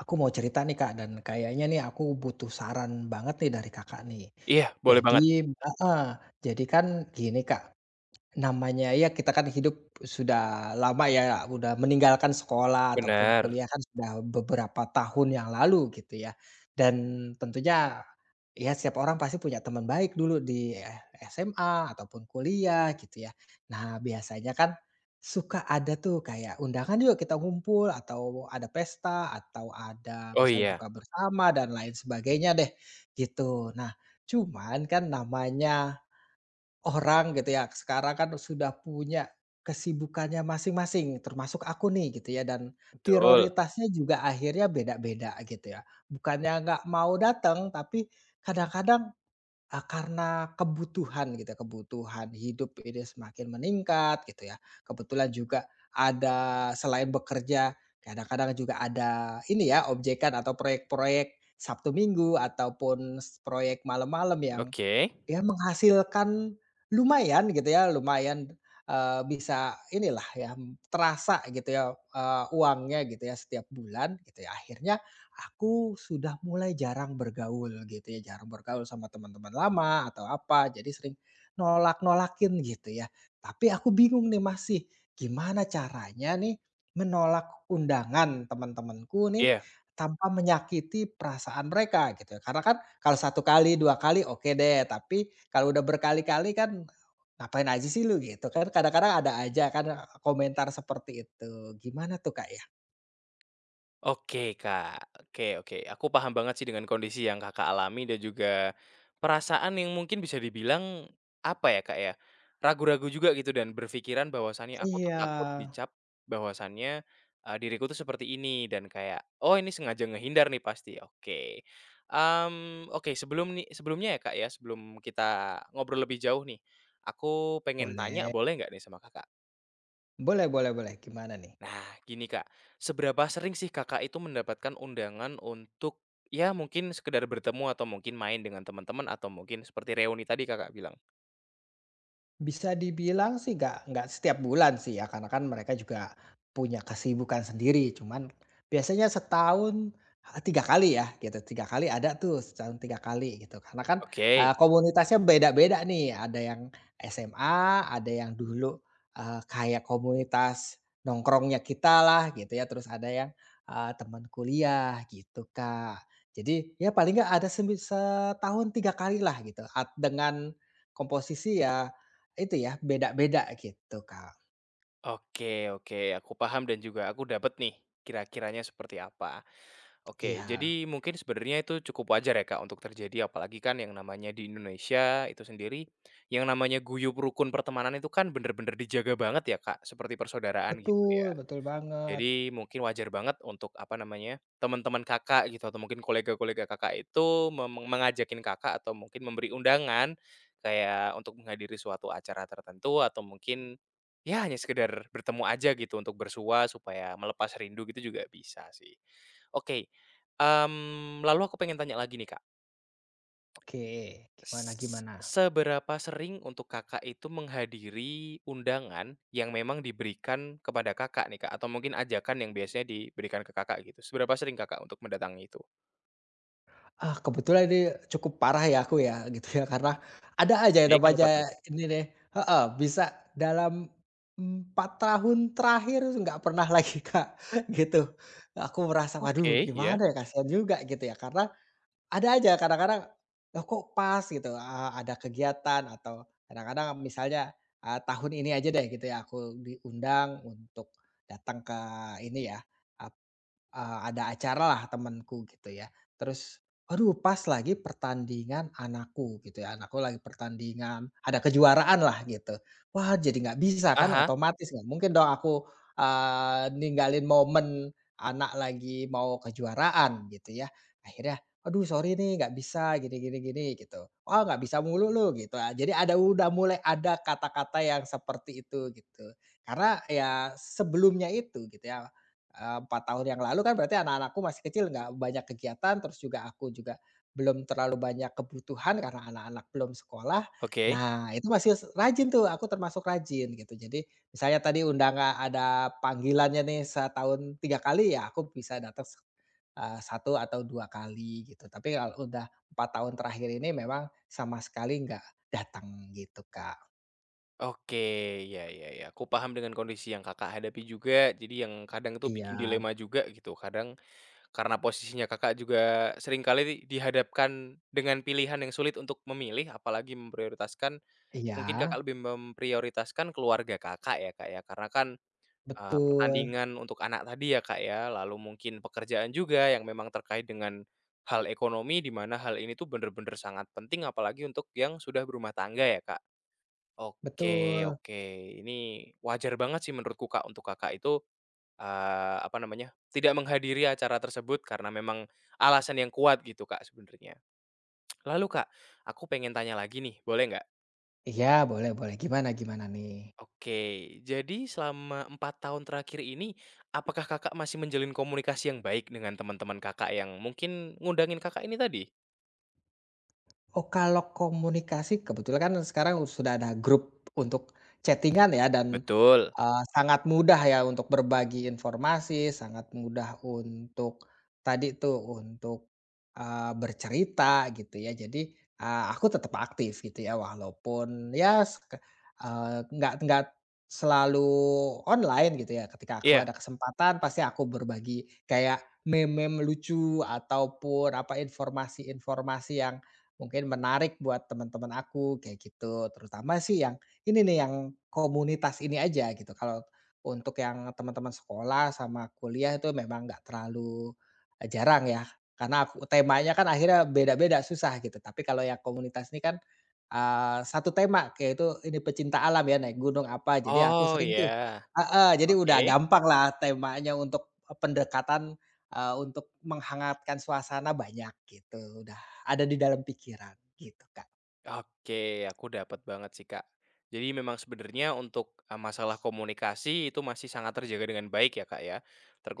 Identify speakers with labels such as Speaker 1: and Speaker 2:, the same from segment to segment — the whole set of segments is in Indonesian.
Speaker 1: Aku mau cerita nih Kak, dan kayaknya nih aku butuh saran banget nih dari Kakak nih.
Speaker 2: Iya, boleh
Speaker 1: Jadi
Speaker 2: banget,
Speaker 1: heeh, jadi kan, gini Kak, namanya ya kita kan hidup sudah lama ya, udah meninggalkan sekolah ataupun
Speaker 2: benar.
Speaker 1: kuliah kan sudah beberapa tahun yang lalu gitu ya. Dan tentunya ya setiap orang pasti punya teman baik dulu di SMA ataupun kuliah gitu ya. Nah, biasanya kan suka ada tuh kayak undangan yuk kita ngumpul atau ada pesta atau ada
Speaker 2: Oh
Speaker 1: misal
Speaker 2: iya,
Speaker 1: buka bersama dan lain sebagainya deh gitu. Nah, cuman kan namanya orang gitu ya, sekarang kan sudah punya kesibukannya masing-masing, termasuk aku nih gitu ya, dan
Speaker 2: betul,
Speaker 1: prioritasnya juga akhirnya beda-beda gitu ya. Bukannya nggak mau datang, tapi kadang-kadang, karena kebutuhan gitu ya, kebutuhan hidup ini semakin meningkat gitu ya. Kebetulan juga ada selain bekerja, kadang-kadang juga ada ini ya, objekan atau proyek-proyek Sabtu Minggu ataupun proyek malam-malam yang
Speaker 2: oke,
Speaker 1: ya menghasilkan lumayan gitu ya, lumayan, bisa inilah ya, terasa gitu ya, uangnya gitu ya setiap bulan gitu ya. Akhirnya aku sudah mulai jarang bergaul gitu ya, jarang bergaul sama teman-teman lama atau apa, jadi sering nolak-nolakin gitu ya. Tapi aku bingung nih masih, gimana caranya nih menolak undangan teman-temanku nih
Speaker 2: iya.
Speaker 1: tanpa menyakiti perasaan mereka gitu ya, karena kan kalau satu kali, 2 kali oke deh, tapi kalau udah berkali-kali kan, "Ngapain aja sih lu?" Gitu kan, kadang-kadang ada aja kan, komentar seperti itu. Gimana tuh, Kak, ya?
Speaker 2: Oke Kak, oke oke. Aku paham banget sih dengan kondisi yang Kakak alami dan juga perasaan yang mungkin bisa dibilang, apa ya Kak ya, ragu-ragu juga gitu dan berpikiran bahwasannya aku tuh
Speaker 1: Iya,
Speaker 2: takut dicap bahwasannya, diriku tuh seperti ini dan kayak, "Oh ini sengaja ngehindar nih pasti," oke. Oke sebelumnya ya Kak ya, sebelum kita ngobrol lebih jauh nih, aku pengen tanya
Speaker 1: boleh.
Speaker 2: boleh nggak nih sama Kakak?
Speaker 1: Boleh, boleh, boleh, gimana nih?
Speaker 2: Nah, gini Kak, seberapa sering sih Kakak itu mendapatkan undangan untuk, ya mungkin sekedar bertemu atau mungkin main dengan teman-teman atau mungkin seperti reuni tadi Kakak bilang?
Speaker 1: Bisa dibilang sih nggak setiap bulan sih ya, karena kan mereka juga punya kesibukan sendiri. Cuman biasanya setahun, 3 kali ya gitu, 3 kali ada tuh setahun 3 kali gitu. Karena kan,
Speaker 2: Oke,
Speaker 1: komunitasnya beda-beda nih, ada yang SMA, ada yang dulu, kayak komunitas nongkrongnya kita lah gitu ya, terus ada yang, teman kuliah gitu, Kak. Jadi ya paling nggak ada semi setahun 3 kali lah gitu, dengan komposisi ya itu ya, beda-beda gitu, Kak.
Speaker 2: oke oke, aku paham dan juga aku dapat nih kira-kiranya seperti apa. Oke, jadi
Speaker 1: Iya.
Speaker 2: mungkin sebenarnya itu cukup wajar ya Kak untuk terjadi apalagi kan yang namanya di Indonesia itu sendiri, yang namanya guyup rukun pertemanan itu kan bener-bener dijaga banget ya Kak, seperti persaudaraan gitu
Speaker 1: Betul,
Speaker 2: ya.
Speaker 1: betul banget.
Speaker 2: Jadi mungkin wajar banget untuk, apa namanya, teman-teman Kakak gitu atau mungkin kolega-kolega Kakak itu mengajakin Kakak atau mungkin memberi undangan kayak untuk menghadiri suatu acara tertentu atau mungkin, ya hanya sekedar bertemu aja gitu untuk bersua supaya melepas rindu gitu juga bisa sih. Oke, lalu aku pengen tanya lagi nih, Kak.
Speaker 1: Oke, gimana gimana?
Speaker 2: Seberapa sering untuk Kakak itu menghadiri undangan yang memang diberikan kepada Kakak nih, Kak? Atau mungkin ajakan yang biasanya diberikan ke Kakak gitu, seberapa sering Kakak untuk mendatangi itu?
Speaker 1: Ah, kebetulan ini cukup parah ya aku ya, gitu ya, karena ada aja yang
Speaker 2: Oke,
Speaker 1: namanya
Speaker 2: kenapa tuh?
Speaker 1: ini deh heeh, bisa dalam 4 tahun terakhir nggak pernah lagi, Kak, gitu. Aku merasa, "Waduh
Speaker 2: Oke,
Speaker 1: gimana
Speaker 2: ya.
Speaker 1: ya, kasihan juga," gitu ya, karena ada aja kadang-kadang, "Loh kok pas?" Gitu, ada kegiatan atau kadang-kadang misalnya, tahun ini aja deh gitu ya aku diundang untuk datang ke ini ya, eee Eee, ada acara lah temanku gitu ya, terus, aduh pas lagi pertandingan anakku gitu ya, anakku lagi pertandingan, ada kejuaraan lah gitu. Wah jadi nggak bisa kan
Speaker 2: Aha.
Speaker 1: otomatis nggak mungkin dong aku, ninggalin momen anak lagi mau kejuaraan gitu ya. Akhirnya, "Aduh sorry nih nggak bisa gini gini gini," gitu. "Oh nggak bisa mulu lu," gitu. Ah, jadi ada udah mulai ada kata-kata yang seperti itu gitu. Karena ya sebelumnya itu gitu ya 4 tahun yang lalu kan berarti anak-anakku masih kecil nggak banyak kegiatan, terus juga aku juga belum terlalu banyak kebutuhan karena anak-anak belum sekolah.
Speaker 2: Oke.
Speaker 1: Nah, itu masih rajin tuh, aku termasuk rajin gitu. Jadi misalnya tadi undangan ada panggilannya nih setahun 3 kali, ya aku bisa datang 1 atau 2 kali gitu. Tapi kalau udah 4 tahun terakhir ini memang sama sekali nggak datang gitu, Kak.
Speaker 2: Oke, ya ya ya, aku paham dengan kondisi yang Kakak hadapi juga, jadi yang kadang itu bikin
Speaker 1: Iya.
Speaker 2: dilema juga gitu. Kadang karena posisinya Kakak juga seringkali dihadapkan dengan pilihan yang sulit untuk memilih, apalagi memprioritaskan. Mungkin
Speaker 1: Iya,
Speaker 2: Kakak lebih memprioritaskan keluarga Kakak ya, Kak, ya? Karena kan,
Speaker 1: betul,
Speaker 2: pertandingan untuk anak tadi ya, Kak, ya, lalu mungkin pekerjaan juga yang memang terkait dengan hal ekonomi, di mana hal ini tuh bener-bener sangat penting apalagi untuk yang sudah berumah tangga ya, Kak. Oke
Speaker 1: betul.
Speaker 2: oke, ini wajar banget sih menurutku, Kak, untuk Kakak itu, apa namanya, tidak menghadiri acara tersebut karena memang alasan yang kuat gitu, Kak, sebenarnya. Lalu, Kak, aku pengen tanya lagi nih, boleh nggak?
Speaker 1: Iya boleh, boleh, gimana gimana nih?
Speaker 2: Oke, jadi selama 4 tahun terakhir ini, apakah Kakak masih menjalin komunikasi yang baik dengan teman-teman Kakak yang mungkin ngundangin Kakak ini tadi?
Speaker 1: Oh, kalau komunikasi kebetulan kan sekarang sudah ada grup untuk chatting-an ya dan,
Speaker 2: Betul.
Speaker 1: sangat mudah ya untuk berbagi informasi, sangat mudah untuk tadi tuh untuk, bercerita gitu ya. Jadi, aku tetap aktif gitu ya walaupun ya seke eee, nggak selalu online gitu ya. Ketika aku
Speaker 2: Iya?
Speaker 1: ada kesempatan pasti aku berbagi kayak meme-meme lucu ataupun apa informasi-informasi yang mungkin menarik buat teman-teman aku kayak gitu, terutama sih yang ini nih, yang komunitas ini aja gitu. Kalau untuk yang teman-teman sekolah sama kuliah itu memang nggak terlalu, jarang ya, karena aku temanya kan akhirnya beda-beda, susah gitu. Tapi kalau yang komunitas ini kan, satu tema kayak itu ini pecinta alam ya, naik gunung apa, jadi aku
Speaker 2: Oh
Speaker 1: sering tuh
Speaker 2: ya,
Speaker 1: heeh, jadi udah
Speaker 2: oke.
Speaker 1: gampang lah temanya untuk, pendekatan, untuk menghangatkan suasana banyak gitu. Udah ada di dalam pikiran gitu, Kak.
Speaker 2: Oke, aku dapat banget sih, Kak. Jadi memang sebenarnya untuk, masalah komunikasi itu masih sangat terjaga dengan baik ya, Kak, ya.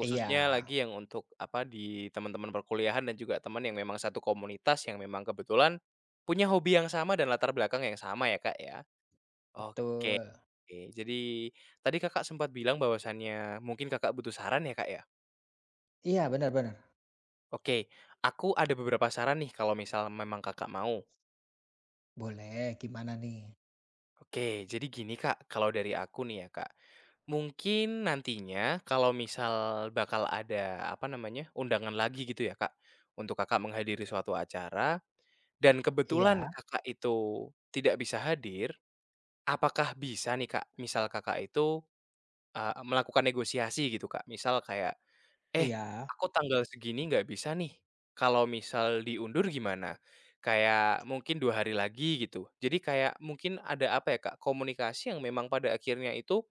Speaker 1: Iya,
Speaker 2: lagi yang untuk, apa, di teman-teman perkuliahan dan juga teman yang memang satu komunitas yang memang kebetulan punya hobi yang sama dan latar belakang yang sama ya, Kak, ya.
Speaker 1: betul.
Speaker 2: Oke, jadi tadi Kakak sempat bilang bahwasannya mungkin Kakak butuh saran ya, Kak, ya?
Speaker 1: Iya, benar-benar.
Speaker 2: Oke, aku ada beberapa saran nih kalau misal memang Kakak mau.
Speaker 1: Boleh, gimana nih?
Speaker 2: Oke, jadi gini, Kak, kalau dari aku nih ya, Kak. Mungkin nantinya kalau misal bakal ada apa namanya? Undangan lagi gitu ya, Kak, untuk Kakak menghadiri suatu acara dan kebetulan
Speaker 1: Iya,
Speaker 2: Kakak itu tidak bisa hadir, apakah bisa nih, Kak, misal Kakak itu, melakukan negosiasi gitu, Kak? Misal kayak "Eh,
Speaker 1: iya.
Speaker 2: aku tanggal segini nggak bisa nih, kalau misal diundur gimana?" Kayak mungkin 2 hari lagi gitu. Jadi kayak mungkin ada apa ya, Kak, komunikasi yang memang pada akhirnya itu,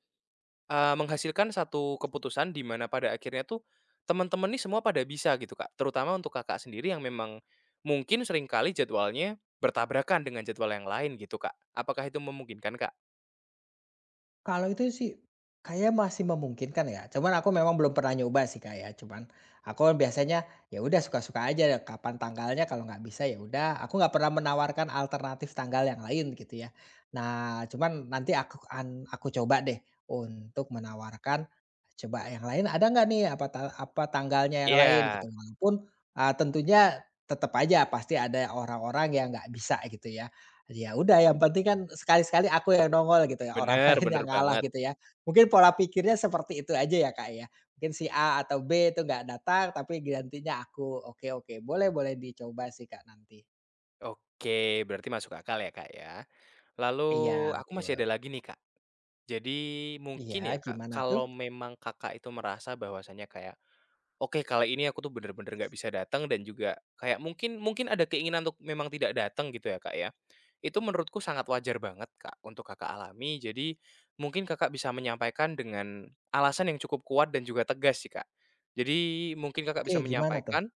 Speaker 2: menghasilkan satu keputusan di mana pada akhirnya tuh teman-teman nih semua pada bisa gitu, Kak. Terutama untuk Kakak sendiri yang memang mungkin seringkali jadwalnya bertabrakan dengan jadwal yang lain gitu, Kak. Apakah itu memungkinkan, Kak?
Speaker 1: Kalau itu sih kayak masih memungkinkan ya, cuman aku memang belum pernah nyoba sih Kak ya, cuman aku biasanya ya udah suka-suka aja kapan tanggalnya kalau nggak bisa ya udah, aku nggak pernah menawarkan alternatif tanggal yang lain gitu ya. Nah, cuman nanti aku coba deh untuk menawarkan coba yang lain ada nggak nih apa tanggalnya yang lain
Speaker 2: Iya,
Speaker 1: gitu walaupun ah, tentunya tetap aja pasti ada orang-orang yang nggak bisa gitu ya. Ya udah yang penting kan sekali-sekali aku yang nongol gitu ya, orang
Speaker 2: bener
Speaker 1: lain
Speaker 2: bener
Speaker 1: yang ngalah
Speaker 2: banget.
Speaker 1: gitu ya. Mungkin pola pikirnya seperti itu aja ya, Kak, ya. Mungkin si A atau B itu nggak datang tapi gantinya aku. Oke, oke, boleh, boleh, dicoba sih, Kak, nanti.
Speaker 2: Oke, berarti masuk akal ya, Kak, ya. Lalu
Speaker 1: Iya
Speaker 2: aku masih
Speaker 1: betul.
Speaker 2: ada lagi nih, Kak. Jadi mungkin
Speaker 1: Iya,
Speaker 2: ya, Kak,
Speaker 1: gimana tuh?
Speaker 2: kalau memang Kakak itu merasa bahwasanya kayak, "Oke, kali ini aku tuh bener-bener nggak bisa datang," dan juga kayak mungkin mungkin ada keinginan untuk memang tidak datang gitu ya, Kak, ya. Itu menurutku sangat wajar banget, Kak, untuk Kakak alami. Jadi mungkin Kakak bisa menyampaikan dengan alasan yang cukup kuat dan juga tegas sih, Kak. Jadi mungkin Kakak
Speaker 1: Oke,
Speaker 2: bisa
Speaker 1: gimana tuh?
Speaker 2: menyampaikan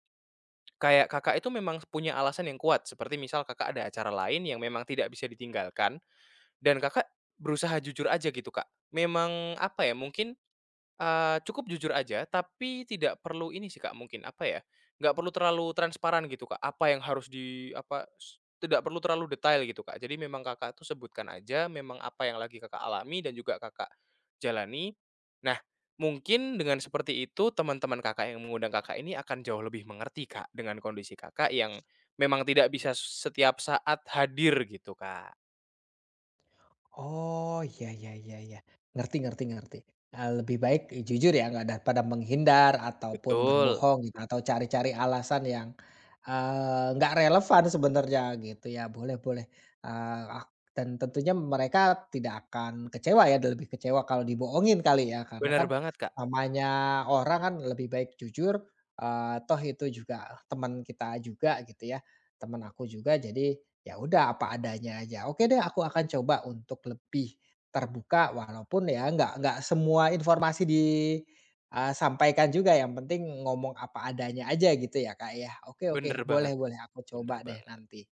Speaker 2: kayak Kakak itu memang punya alasan yang kuat, seperti misal Kakak ada acara lain yang memang tidak bisa ditinggalkan dan Kakak berusaha jujur aja gitu, Kak? Memang apa ya, mungkin, cukup jujur aja tapi tidak perlu ini sih, Kak, mungkin apa ya, nggak perlu terlalu transparan gitu, Kak, apa yang harus di apa, tidak perlu terlalu detail gitu, Kak. Jadi memang Kakak tuh sebutkan aja memang apa yang lagi Kakak alami dan juga Kakak jalani. Nah, mungkin dengan seperti itu teman-teman Kakak yang mengundang Kakak ini akan jauh lebih mengerti, Kak, dengan kondisi Kakak yang memang tidak bisa setiap saat hadir gitu, Kak.
Speaker 1: Oh, ya, ya, ya, ya, Ngerti ngerti ngerti lebih baik jujur ya, nggak daripada menghindar ataupun
Speaker 2: Betul.
Speaker 1: berbohong gitu, atau cari-cari alasan yang, nggak relevan sebenarnya gitu ya. Boleh, boleh, eee, ak dan tentunya mereka tidak akan kecewa ya, dan lebih kecewa kalau dibohongin kali ya, karena
Speaker 2: Bener
Speaker 1: kan
Speaker 2: banget, Kak,
Speaker 1: namanya orang kan lebih baik jujur, toh itu juga teman kita juga gitu ya, teman aku juga jadi ya udah apa adanya aja. Oke deh aku akan coba untuk lebih terbuka walaupun ya nggak semua informasi disampaikan juga yang penting ngomong apa adanya aja gitu ya, Kak, ya. Oke, oke,
Speaker 2: bener
Speaker 1: boleh
Speaker 2: banget,
Speaker 1: boleh
Speaker 2: Kak,
Speaker 1: aku
Speaker 2: bener
Speaker 1: coba deh
Speaker 2: banget.
Speaker 1: nanti.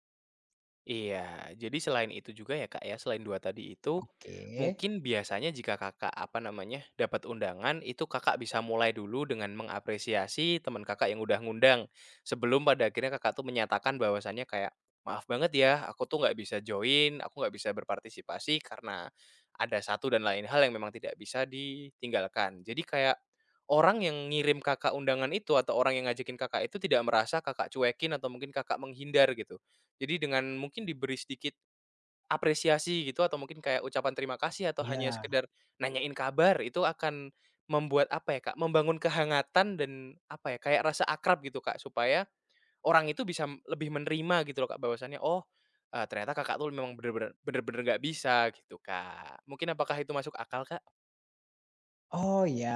Speaker 2: Iya, jadi selain itu juga ya, Kak, ya, selain 2 tadi itu,
Speaker 1: Oke.
Speaker 2: mungkin biasanya jika Kakak, apa namanya, dapat undangan itu Kakak bisa mulai dulu dengan mengapresiasi teman Kakak yang udah ngundang, sebelum pada akhirnya Kakak tuh menyatakan bahwasannya kayak, "Maaf banget ya, aku tuh nggak bisa join, aku nggak bisa berpartisipasi karena ada satu dan lain hal yang memang tidak bisa ditinggalkan." Jadi kayak orang yang ngirim Kakak undangan itu atau orang yang ngajakin Kakak itu tidak merasa Kakak cuekin atau mungkin Kakak menghindar gitu. Jadi dengan mungkin diberi sedikit apresiasi gitu atau mungkin kayak ucapan terima kasih atau hanya
Speaker 1: Iya.
Speaker 2: sekedar nanyain kabar itu akan membuat apa ya Kak, membangun kehangatan dan apa ya, kayak rasa akrab gitu Kak, supaya orang itu bisa lebih menerima gitu loh Kak bahwasannya, "Oh, ternyata Kakak tuh memang bener-bener nggak bisa," gitu Kak. Mungkin apakah itu masuk akal Kak?
Speaker 1: Oh ya,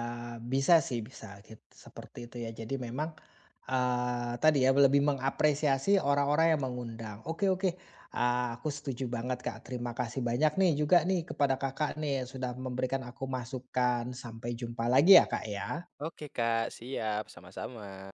Speaker 1: bisa sih bisa seperti itu ya. Jadi memang, tadi ya lebih mengapresiasi orang-orang yang mengundang. Oke, oke, aku setuju banget Kak, terima kasih banyak nih juga nih kepada Kakak nih, yang sudah memberikan aku masukan. Sampai jumpa lagi ya Kak ya.
Speaker 2: Oke Kak, siap, sama-sama.